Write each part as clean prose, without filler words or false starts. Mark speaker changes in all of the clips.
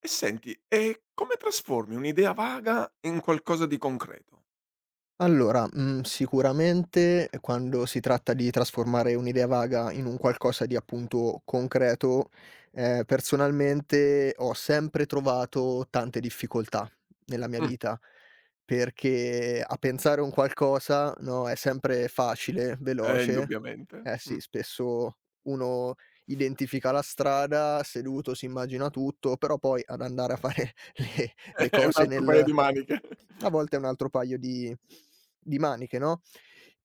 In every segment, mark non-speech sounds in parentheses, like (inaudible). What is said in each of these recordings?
Speaker 1: E senti, e come trasformi un'idea vaga in qualcosa di concreto?
Speaker 2: Allora, sicuramente quando si tratta di trasformare un'idea vaga in un qualcosa di appunto concreto, personalmente ho sempre trovato tante difficoltà nella mia
Speaker 1: Mh.
Speaker 2: vita, perché a pensare un qualcosa, no, è sempre facile,
Speaker 1: Eh,
Speaker 2: veloce.
Speaker 1: indubbiamente.
Speaker 2: Eh sì,
Speaker 1: Mh.
Speaker 2: spesso uno identifica la strada, seduto si immagina tutto, però poi ad andare a fare (laughs) le
Speaker 1: (laughs) È un
Speaker 2: cose
Speaker 1: altro paio
Speaker 2: nel
Speaker 1: di maniche.
Speaker 2: a volte è un altro paio di maniche, no,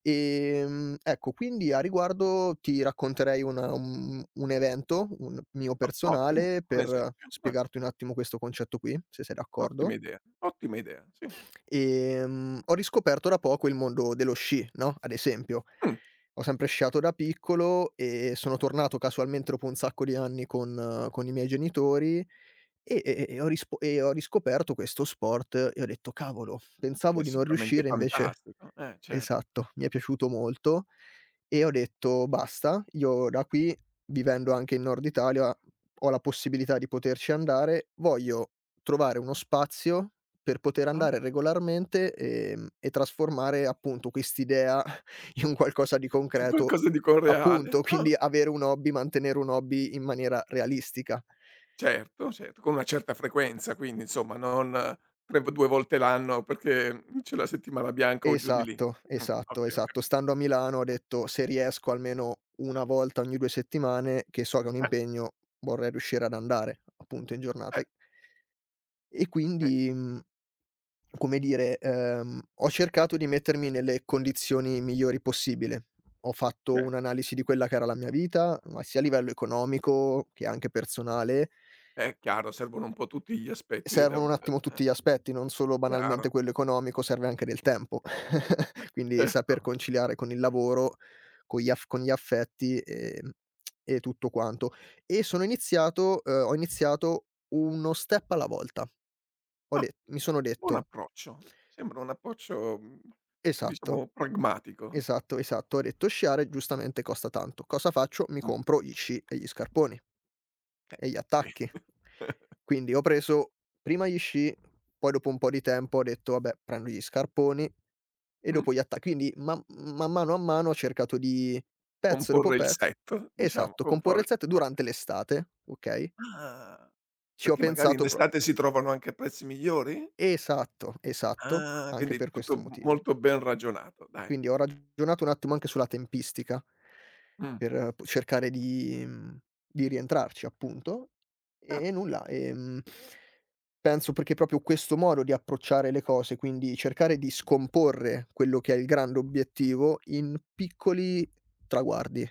Speaker 2: ecco, quindi a riguardo ti racconterei una un evento, un mio
Speaker 1: Ottimo,
Speaker 2: personale,
Speaker 1: un
Speaker 2: per
Speaker 1: esempio. Ah,
Speaker 2: spiegarti un attimo questo concetto qui, se sei d'accordo.
Speaker 1: ottima idea, sì.
Speaker 2: Ho riscoperto da poco il mondo dello sci, no, ad esempio.
Speaker 1: Mh.
Speaker 2: Ho sempre sciato da piccolo e sono tornato casualmente dopo un sacco di anni con i miei genitori e ho riscoperto questo sport e ho detto: "Cavolo,
Speaker 1: Che
Speaker 2: pensavo
Speaker 1: è
Speaker 2: di non
Speaker 1: sicuramente
Speaker 2: riuscire invece".
Speaker 1: fantastico. Certo.
Speaker 2: Esatto, mi è piaciuto molto e ho detto: "Basta, io da qui, vivendo anche in Nord Italia, ho la possibilità di poterci andare, voglio trovare uno spazio per poter
Speaker 1: Mh,
Speaker 2: andare regolarmente, e trasformare appunto quest'idea (laughs) in un qualcosa di
Speaker 1: in
Speaker 2: concreto."
Speaker 1: qualcosa di correale.
Speaker 2: Appunto,
Speaker 1: Ah,
Speaker 2: quindi avere un hobby, mantenere un hobby in maniera realistica.
Speaker 1: certo, certo, con una certa frequenza quindi insomma, non tre v 2 volte l'anno perché c'è la settimana bianca o giù di lì.
Speaker 2: Esatto, esatto,
Speaker 1: Okay, ho
Speaker 2: esatto.
Speaker 1: capito.
Speaker 2: Stando a Milano ho detto: "Se riesco almeno 1 volta ogni 2 settimane, che so che è un
Speaker 1: Eh,
Speaker 2: impegno, vorrei riuscire ad andare appunto in giornata".
Speaker 1: eh,
Speaker 2: E
Speaker 1: eh,
Speaker 2: quindi, come dire, ho cercato di mettermi nelle condizioni migliori possibile. Ho fatto
Speaker 1: cer
Speaker 2: un'analisi di quella che era la mia vita, ma sia a livello economico che anche personale.
Speaker 1: Chiaro, servono un po' tutti gli aspetti ed è
Speaker 2: Servono
Speaker 1: un
Speaker 2: un attimo
Speaker 1: eh,
Speaker 2: tutti gli aspetti, non solo
Speaker 1: chiaro,
Speaker 2: banalmente quello economico, serve anche del tempo. (laughs) Quindi
Speaker 1: cer
Speaker 2: saper conciliare con il lavoro, con gli affetti, e tutto quanto. E sono iniziato ho iniziato uno step alla volta. Ho
Speaker 1: ah,
Speaker 2: de Mi sono
Speaker 1: buon
Speaker 2: detto.
Speaker 1: approccio. Sembra un approccio,
Speaker 2: Esatto,
Speaker 1: diciamo pragmatico.
Speaker 2: esatto, esatto. Ho detto: "Sciare giustamente costa tanto. Cosa faccio? Mi
Speaker 1: Mh.
Speaker 2: compro gli sci e gli scarponi".
Speaker 1: Eh,
Speaker 2: E gli
Speaker 1: sì.
Speaker 2: attacchi.
Speaker 1: (laughs)
Speaker 2: Quindi ho preso prima gli sci, poi dopo un po' di tempo ho detto: "Vabbè, prendo gli scarponi", e
Speaker 1: Mh?
Speaker 2: dopo gli atta quindi man mano a mano ho cercato di, pezzo dopo
Speaker 1: Comporre il
Speaker 2: pezzo,
Speaker 1: set, diciamo,
Speaker 2: esatto, comporre il
Speaker 1: comporre
Speaker 2: set
Speaker 1: oka
Speaker 2: durante l'estate, okay,
Speaker 1: ah,
Speaker 2: ci ho
Speaker 1: perché magari in
Speaker 2: pensato pro
Speaker 1: estate si trovano anche a prezzi migliori?
Speaker 2: esatto, esatto,
Speaker 1: Ah,
Speaker 2: anche
Speaker 1: quindi
Speaker 2: per questo
Speaker 1: tutto m
Speaker 2: motivo.
Speaker 1: molto ben ragionato, dai.
Speaker 2: Quindi ho ragionato un attimo anche sulla tempistica,
Speaker 1: Mh,
Speaker 2: per p cercare di, di rientrarci appunto,
Speaker 1: chiaro.
Speaker 2: e nulla, penso perché proprio questo modo di approcciare le cose, quindi cercare di scomporre quello che è il grande obiettivo in piccoli traguardi.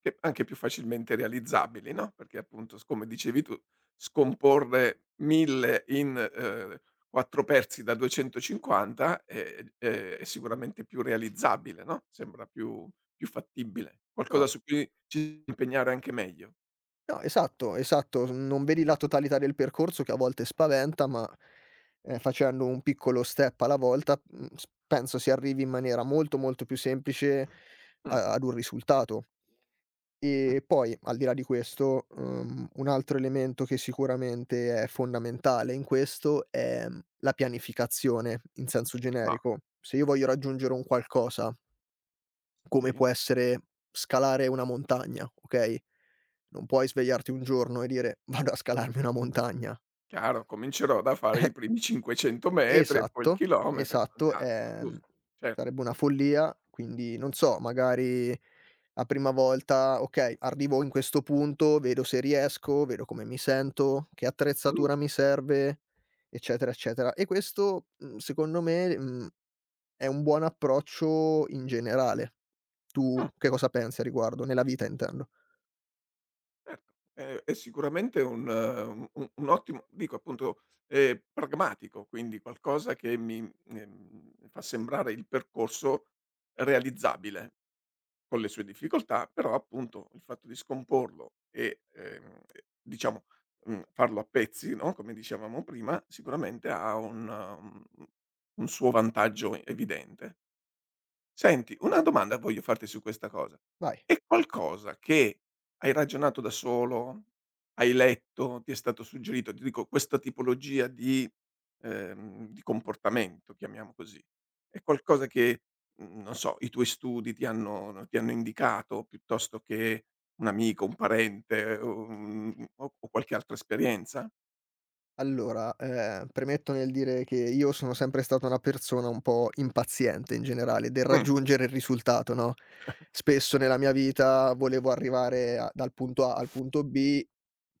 Speaker 1: Che anche più facilmente realizzabili, no, perché appunto s come dicevi tu, scomporre 1000 in, 4 pezzi da 250 è sicuramente più realizzabile, no, sembra più fattibile.
Speaker 2: No,
Speaker 1: Qualcosa su cui ci impegnare anche meglio.
Speaker 2: no, esatto, esatto. Non vedi la totalità del percorso che a volte spaventa, ma, facendo un piccolo step alla volta, s penso si arrivi in maniera molto, molto più semplice
Speaker 1: Mh,
Speaker 2: a ad un risultato.
Speaker 1: mh,
Speaker 2: E poi, al di là di questo, un altro elemento che sicuramente è fondamentale in questo è, la pianificazione in senso
Speaker 1: ah,
Speaker 2: generico. Se io voglio raggiungere un qualcosa come
Speaker 1: sì,
Speaker 2: può essere scalare una montagna, okay? Non puoi svegliarti un giorno e dire: (laughs) "Vado a scalarmi una montagna".
Speaker 1: chiaro, comincerò da fare i primi 500 metri e poi il
Speaker 2: Esatto,
Speaker 1: chilometro e
Speaker 2: esatto,
Speaker 1: quant'altro, giusto? Certo.
Speaker 2: sarebbe una follia, quindi non so, magari la prima volta, okay, arrivo in questo punto, vedo se riesco, vedo come mi sento, che
Speaker 1: Mh,
Speaker 2: attrezzatura mi serve, eccetera, eccetera. E questo, secondo me, mhmm è un buon approccio in generale. Tu
Speaker 1: mh.
Speaker 2: che cosa pensi a riguardo? Nella vita intendo.
Speaker 1: Certo, è sicuramente un un ottimo dico appunto, pragmatico, quindi qualcosa che mi mi fa sembrare il percorso realizzabile, con le sue difficoltà, però appunto il fatto di scomporlo e, diciamo, farlo a pezzi, no, come dicevamo prima, sicuramente ha un un un suo vantaggio evidente. Senti, una domanda voglio farti su questa cosa.
Speaker 2: Vai.
Speaker 1: È qualcosa che hai ragionato da solo, hai letto, ti è stato suggerito, ti dico questa tipologia di comportamento, chiamiamo così, è qualcosa che, non so, i tuoi studi ti hanno indicato piuttosto che un amico, un parente o un o qualche altra esperienza?
Speaker 2: Allora, premetto nel dire che io sono sempre stata una persona un po' impaziente in generale, del
Speaker 1: Mh.
Speaker 2: raggiungere il risultato, no,
Speaker 1: (laughs)
Speaker 2: spesso nella mia vita volevo arrivare a dal punto A al punto B,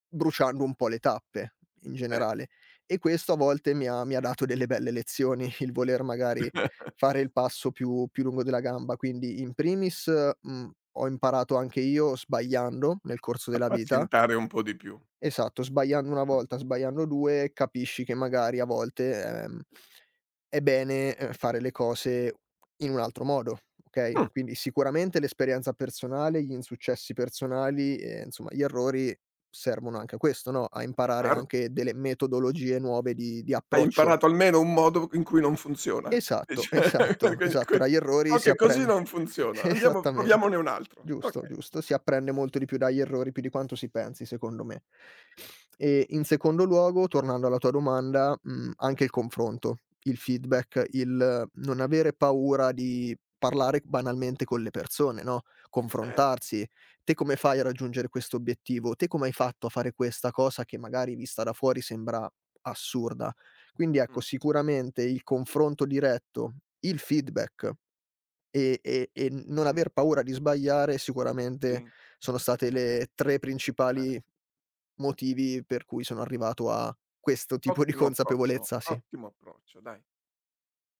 Speaker 2: bruciando un po' le tappe in
Speaker 1: Eh.
Speaker 2: generale, e questo a volte mi ha dato delle belle lezioni, (laughs) il voler magari
Speaker 1: (laughs)
Speaker 2: fare il passo più lungo della gamba. Quindi in primis, ho imparato anche io sbagliando nel corso della vita.
Speaker 1: Appazientare un po' di più.
Speaker 2: Esatto, sbagliando 1
Speaker 1: Mh.
Speaker 2: volta, sbagliando 2, capisci che magari a volte, è bene, fare le cose in un altro modo, okay,
Speaker 1: Mh,
Speaker 2: quindi sicuramente l'esperienza personale, gli insuccessi personali e insomma gli errori servono anche a questo, no, a imparare
Speaker 1: chiaro.
Speaker 2: anche delle metodologie nuove di
Speaker 1: Hai
Speaker 2: approccio.
Speaker 1: imparato almeno un modo in cui non funziona. (laughs) E
Speaker 2: Esatto,
Speaker 1: cioè
Speaker 2: esatto,
Speaker 1: (unintelligible) quindi
Speaker 2: esatto.
Speaker 1: que
Speaker 2: Dagli errori
Speaker 1: so
Speaker 2: si
Speaker 1: che così
Speaker 2: apprende.
Speaker 1: non
Speaker 2: (laughs)
Speaker 1: funziona, andiamo
Speaker 2: Esattamente.
Speaker 1: proviamone un altro.
Speaker 2: Giusto,
Speaker 1: Okay.
Speaker 2: giusto. Si apprende molto di più dagli errori, più di quanto si pensi secondo me. E in secondo luogo, tornando alla tua domanda, anche il confronto, il
Speaker 1: Ah,
Speaker 2: feedback, il non avere paura di parlare banalmente con le persone, no,
Speaker 1: certo.
Speaker 2: confrontarsi: "Te come fai a raggiungere questo obiettivo? Te come hai fatto a fare questa cosa che magari vista da fuori sembra assurda?" Quindi ecco,
Speaker 1: Mh,
Speaker 2: sicuramente il confronto diretto, il feedback e non
Speaker 1: mh,
Speaker 2: aver paura di sbagliare sicuramente
Speaker 1: sì,
Speaker 2: sono state le 3
Speaker 1: eh,
Speaker 2: principali motivi per cui sono arrivato a questo tipo di consapevolezza, sì.
Speaker 1: ottimo approccio, dai.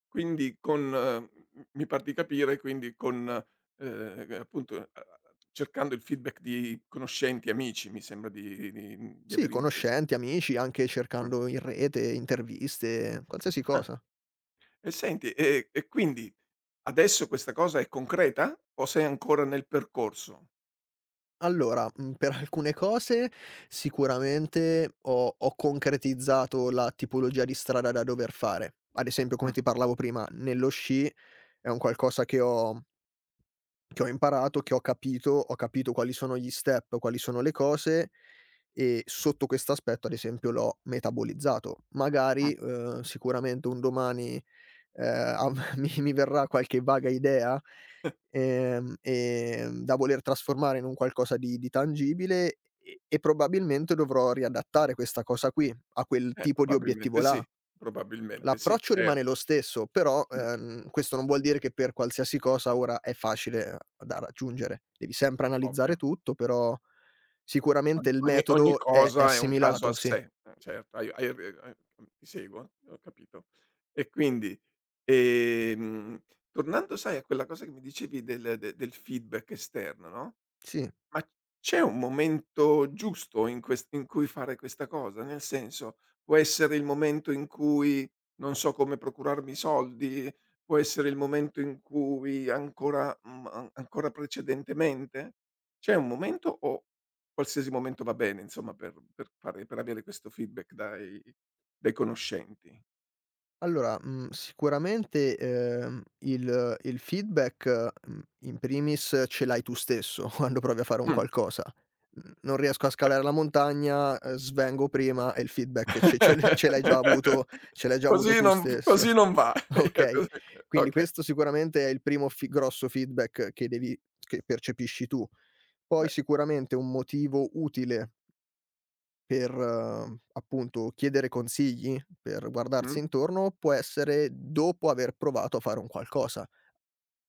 Speaker 1: Quindi con mi par di capire, quindi con, appunto, cercando il feedback di conoscenti, amici, mi sembra di
Speaker 2: Sì,
Speaker 1: aver inteso.
Speaker 2: conoscenti, amici, anche
Speaker 1: Mh,
Speaker 2: cercando in rete, interviste, qualsiasi
Speaker 1: ah.
Speaker 2: cosa.
Speaker 1: E senti, e quindi adesso questa cosa è concreta o sei ancora nel percorso?
Speaker 2: Allora, per alcune cose sicuramente ho concretizzato la tipologia di strada da dover fare. Ad esempio, come
Speaker 1: Mh,
Speaker 2: ti parlavo prima, nello sci è un qualcosa che ho imparato, che ho capito quali sono gli step, quali sono le cose, e sotto quest'aspetto ad esempio l'ho metabolizzato.
Speaker 1: mh,
Speaker 2: Magari, sicuramente un domani, av (laughs) mi verrà qualche vaga idea, da voler trasformare in un qualcosa di tangibile e probabilmente dovrò riadattare questa cosa qui a quel
Speaker 1: eh,
Speaker 2: tipo di obiettivo
Speaker 1: probabilmente sì,
Speaker 2: là.
Speaker 1: probabilmente sì,
Speaker 2: L'approccio
Speaker 1: certo,
Speaker 2: rimane lo stesso, però,
Speaker 1: mh,
Speaker 2: questo non vuol dire che per qualsiasi cosa ora è facile da raggiungere. Devi sempre
Speaker 1: ovvio.
Speaker 2: analizzare tutto, però sicuramente
Speaker 1: Ogni
Speaker 2: il
Speaker 1: ogni ogni
Speaker 2: metodo è
Speaker 1: cosa è un caso a
Speaker 2: assimilato, sì.
Speaker 1: sé, certo, hai ti seguo, ho capito. E quindi, ehm, tornando sai a quella cosa che mi dicevi del feedback esterno, no,
Speaker 2: Sì.
Speaker 1: ma c'è un momento giusto in cui fare questa cosa? Nel senso, può essere il momento in cui non so come procurarmi i soldi, può essere il momento in cui ancora mhmm, an ancora precedentemente? C'è un momento o qualsiasi momento va bene insomma per fare per avere questo feedback dai conoscenti?
Speaker 2: Allora, sicuramente, il feedback, in primis ce l'hai tu stesso (laughs) quando provi a fare un
Speaker 1: Mh.
Speaker 2: qualcosa. N non riesco a scalare la montagna, svengo prima, e il feedback ce l'hai già
Speaker 1: (laughs)
Speaker 2: avuto ce l'hai già avuto tu
Speaker 1: Così
Speaker 2: stesso,
Speaker 1: non va.
Speaker 2: (laughs) okay?
Speaker 1: (laughs)
Speaker 2: Quindi
Speaker 1: Okay,
Speaker 2: questo sicuramente è il primo fi grosso feedback che percepisci tu. Poi
Speaker 1: cioè
Speaker 2: sicuramente un motivo utile per, appunto, chiedere consigli, per guardarsi
Speaker 1: mh,
Speaker 2: intorno, può essere dopo aver provato a fare un qualcosa.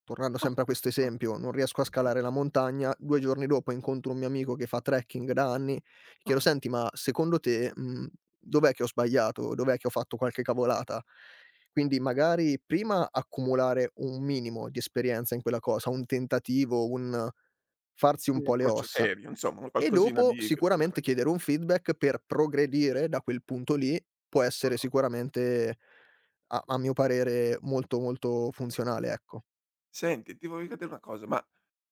Speaker 2: Tornando
Speaker 1: ho
Speaker 2: sempre a questo
Speaker 1: capito.
Speaker 2: esempio, non riesco a scalare la montagna, 2 giorni dopo incontro un mio amico che fa trekking da anni, chiedo:
Speaker 1: Ah,
Speaker 2: "Senti, ma secondo te, dov'è che ho sbagliato? Dov'è che ho fatto qualche cavolata?" Quindi magari prima accumulare un minimo di esperienza in quella cosa, un tentativo, un farsi un
Speaker 1: un
Speaker 2: po' le
Speaker 1: approccio
Speaker 2: ossa.
Speaker 1: serio insomma, un
Speaker 2: E
Speaker 1: qualcosina
Speaker 2: dopo
Speaker 1: di c
Speaker 2: sicuramente
Speaker 1: concreto,
Speaker 2: chiedere un feedback per progredire da quel punto lì può essere
Speaker 1: no?
Speaker 2: sicuramente, a mio parere, molto, molto funzionale, ecco.
Speaker 1: Senti, ti voglio chiedere una cosa, ma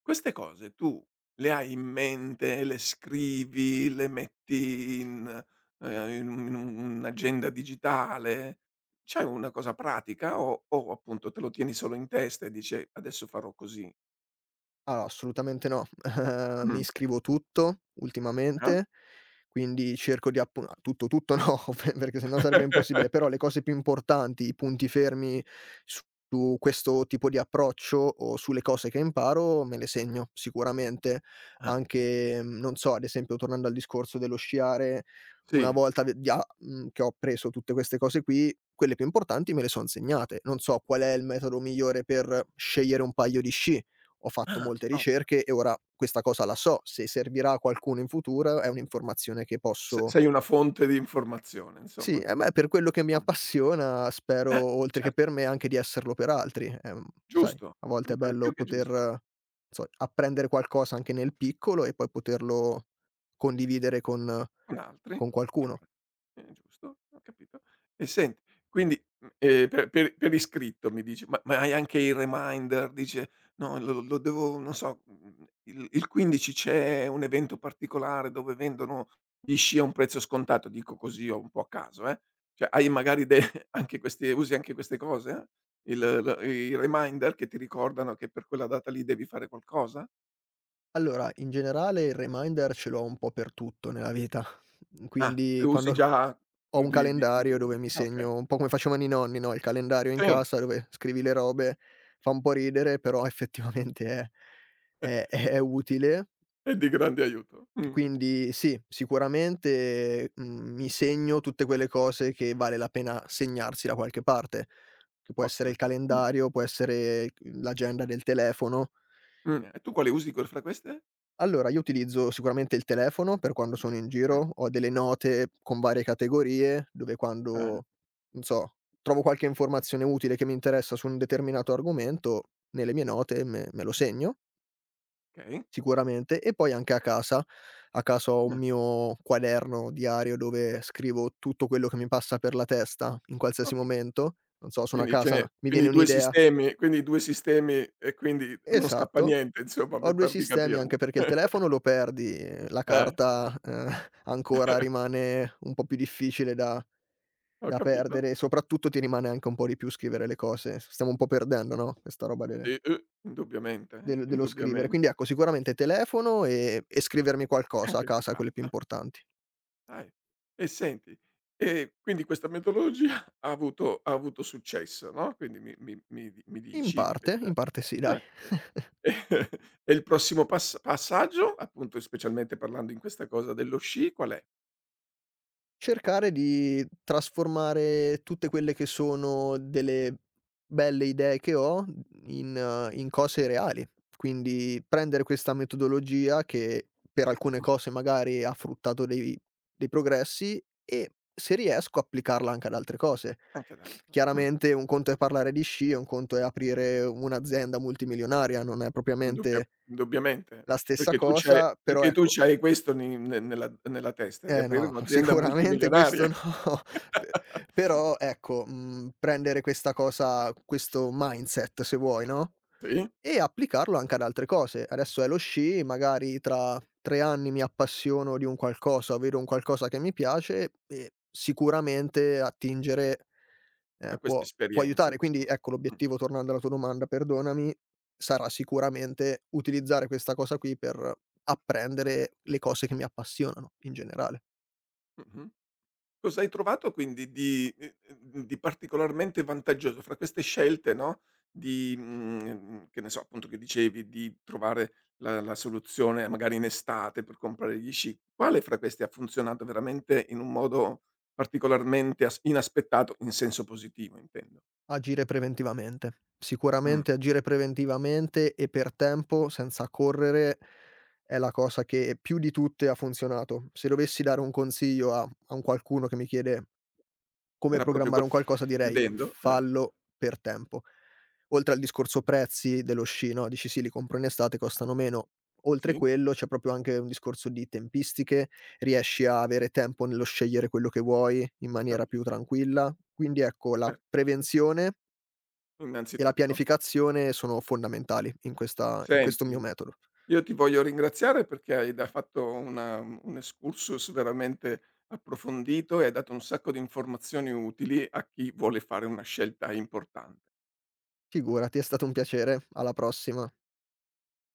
Speaker 1: queste cose tu le hai in mente, le scrivi, le metti in in un in un'agenda digitale? C'hai una cosa pratica o appunto te lo tieni solo in testa e dici: adesso farò così"?
Speaker 2: Allora, assolutamente no. (laughs) Mi
Speaker 1: Mh.
Speaker 2: scrivo tutto
Speaker 1: Ah?
Speaker 2: ultimamente, quindi cerco di appun tutto, tutto no, (laughs) pe perché se no sarebbe impossibile, però
Speaker 1: (laughs)
Speaker 2: le cose più importanti, i punti fermi su su questo tipo di approccio o sulle cose che imparo me le segno sicuramente.
Speaker 1: Ah,
Speaker 2: Anche, non so, ad esempio tornando al discorso dello sciare, una
Speaker 1: sì.
Speaker 2: volta ve di a mhmm, che ho appreso tutte queste cose qui, quelle più importanti me le son segnate. Non so qual è il metodo migliore per scegliere un paio di sci, ho fatto
Speaker 1: Ah,
Speaker 2: molte
Speaker 1: proprio.
Speaker 2: ricerche e ora questa cosa la so, se servirà a qualcuno in futuro è un'informazione che
Speaker 1: Se
Speaker 2: posso.
Speaker 1: sei una fonte di informazione
Speaker 2: Sì,
Speaker 1: insomma.
Speaker 2: eh beh, per quello che mi
Speaker 1: Ah,
Speaker 2: appassiona spero,
Speaker 1: eh,
Speaker 2: oltre che
Speaker 1: certo,
Speaker 2: per me, anche di esserlo per altri. Sai,
Speaker 1: giusto,
Speaker 2: a volte è
Speaker 1: mi pare
Speaker 2: bello
Speaker 1: più che
Speaker 2: poter,
Speaker 1: giusto.
Speaker 2: non so, apprendere qualcosa anche nel piccolo e poi poterlo condividere con
Speaker 1: Con altri? Eh
Speaker 2: qualcuno.
Speaker 1: beh, giusto, ho capito. E senti, quindi, per iscritto mi dici, ma hai anche il reminder, dice: "No, lo devo non so, mhmm, il 15 c'è un evento particolare dove vendono gli sci a un prezzo scontato", dico così o un po' a caso, eh. Cioè, hai magari de (laughs) anche queste usi anche queste cose? Eh? Il l i reminder che ti ricordano che per quella data lì devi fare qualcosa?
Speaker 2: Allora, in generale il reminder ce l'ho un po' per tutto nella vita, (laughs)
Speaker 1: Ah,
Speaker 2: quindi
Speaker 1: le usi
Speaker 2: quando
Speaker 1: già
Speaker 2: ho un
Speaker 1: di
Speaker 2: calendario
Speaker 1: tuo.
Speaker 2: dove mi
Speaker 1: Okay.
Speaker 2: segno un po' come facevano i nonni, no, il calendario in
Speaker 1: Sì.
Speaker 2: casa dove scrivi le robe, fa un po' ridere, però (laughs) effettivamente è utile.
Speaker 1: È di grande aiuto. Mh.
Speaker 2: Quindi sì, sicuramente, mi segno tutte quelle cose che vale la pena segnarsi da qualche parte, che può essere
Speaker 1: Ottima
Speaker 2: il
Speaker 1: idea. Mh.
Speaker 2: calendario, può essere, l'agenda del telefono.
Speaker 1: Mh. E tu quale usi que fra queste?
Speaker 2: Allora, io utilizzo sicuramente il telefono per quando sono in
Speaker 1: Mh.
Speaker 2: giro, ho delle note con varie categorie, dove
Speaker 1: Ah,
Speaker 2: quando, non so, trovo qualche informazione utile che mi interessa su un determinato argomento, nelle mie note me lo segno
Speaker 1: okay.
Speaker 2: sicuramente, e poi anche a casa. A casa ho un
Speaker 1: Mh.
Speaker 2: mio quaderno diario dove scrivo tutto quello che mi passa per la testa in
Speaker 1: Ho
Speaker 2: qualsiasi
Speaker 1: capi
Speaker 2: momento. Non so, sono a
Speaker 1: quindi ce
Speaker 2: casa,
Speaker 1: n'è
Speaker 2: mi viene
Speaker 1: quindi 2
Speaker 2: un'idea.
Speaker 1: sistemi quindi 2 sistemi e quindi non scappa
Speaker 2: Esatto.
Speaker 1: niente insomma,
Speaker 2: Ho
Speaker 1: mi
Speaker 2: 2
Speaker 1: par di
Speaker 2: sistemi
Speaker 1: capire.
Speaker 2: anche perché il telefono lo perdi, la
Speaker 1: Eh.
Speaker 2: carta, (laughs) ancora
Speaker 1: (laughs)
Speaker 2: rimane un po' più difficile da
Speaker 1: Ho
Speaker 2: da
Speaker 1: capito.
Speaker 2: perdere, e soprattutto ti rimane anche un po' di più scrivere le cose. Stiamo un po' perdendo, no, questa roba de
Speaker 1: Sì, indubbiamente,
Speaker 2: del dello scrivere.
Speaker 1: indubbiamente.
Speaker 2: Quindi ecco, sicuramente telefono e scrivermi qualcosa a
Speaker 1: Anche su
Speaker 2: casa, quelle più
Speaker 1: carta.
Speaker 2: importanti.
Speaker 1: Dai. E senti, quindi questa metodologia (laughs) ha avuto successo, no, quindi mi dici di questa
Speaker 2: In parte sì dai.
Speaker 1: ah, okay.
Speaker 2: (laughs)
Speaker 1: (laughs) E il prossimo passaggio, appunto, specialmente parlando in questa cosa dello sci qual è?
Speaker 2: Cercare di trasformare tutte quelle che sono delle belle idee che ho in, in cose reali. Quindi prendere questa metodologia che per alcune cose magari ha fruttato dei progressi, e se riesco applicarla anche ad altre cose.
Speaker 1: Anche l'altro.
Speaker 2: Chiaramente un conto è parlare di sci, un conto è aprire un'azienda multimilionaria, non è
Speaker 1: Indubbia
Speaker 2: propriamente
Speaker 1: indubbiamente,
Speaker 2: la stessa
Speaker 1: perché
Speaker 2: cosa, però
Speaker 1: tu
Speaker 2: ecco.
Speaker 1: c'hai questo ni ne nella testa, di
Speaker 2: Eh no,
Speaker 1: aprire
Speaker 2: no, (laughs)
Speaker 1: un'azienda
Speaker 2: sicuramente questo
Speaker 1: multimilionaria.
Speaker 2: no, (laughs) pe
Speaker 1: (laughs)
Speaker 2: però ecco, prendere questa cosa questo mindset se vuoi, no,
Speaker 1: Sì,
Speaker 2: e applicarlo anche ad altre cose. Adesso è lo sci, magari tra 3 anni mi appassiono di un qualcosa, vedo un qualcosa che mi piace e sicuramente attingere,
Speaker 1: a questa
Speaker 2: può
Speaker 1: esperienza
Speaker 2: aiutare. Quindi
Speaker 1: diciamo.
Speaker 2: ecco,
Speaker 1: Mh,
Speaker 2: l'obiettivo, tornando alla tua domanda, perdonami, sarà sicuramente utilizzare questa cosa qui per apprendere le cose che mi appassionano in generale.
Speaker 1: mh-mh. Cos'hai trovato quindi di particolarmente vantaggioso fra queste scelte, no, di che ne so, appunto che dicevi di trovare la la soluzione magari in estate per comprare gli sci. Quale fra questi ha funzionato veramente in un modo particolarmente as inaspettato, in senso positivo intendo?
Speaker 2: Agire preventivamente.
Speaker 1: Mh.
Speaker 2: Sicuramente agire preventivamente e per tempo, senza correre, è la cosa che più di tutte ha funzionato. Se dovessi dare un consiglio a un qualcuno che mi chiede come
Speaker 1: Era proprio que
Speaker 2: programmare un qualcosa direi:
Speaker 1: chiudendo? Ah,
Speaker 2: "Fallo per tempo." Oltre al discorso prezzi dello sci, no, dici: "Sì, li compro in estate, costano meno." Oltre
Speaker 1: sì,
Speaker 2: quello c'è proprio anche un discorso di tempistiche, riesci a avere tempo nello scegliere quello che vuoi in maniera più
Speaker 1: capisco.
Speaker 2: tranquilla. Quindi ecco, la
Speaker 1: Cer
Speaker 2: prevenzione e la
Speaker 1: innanzitutto.
Speaker 2: pianificazione sono fondamentali in questa in questo mio
Speaker 1: Senti,
Speaker 2: metodo.
Speaker 1: io ti voglio ringraziare perché hai da fatto una un excursus veramente approfondito e hai dato un sacco di informazioni utili a chi vuole fare una scelta importante.
Speaker 2: Figurati, è stato un piacere. Alla prossima.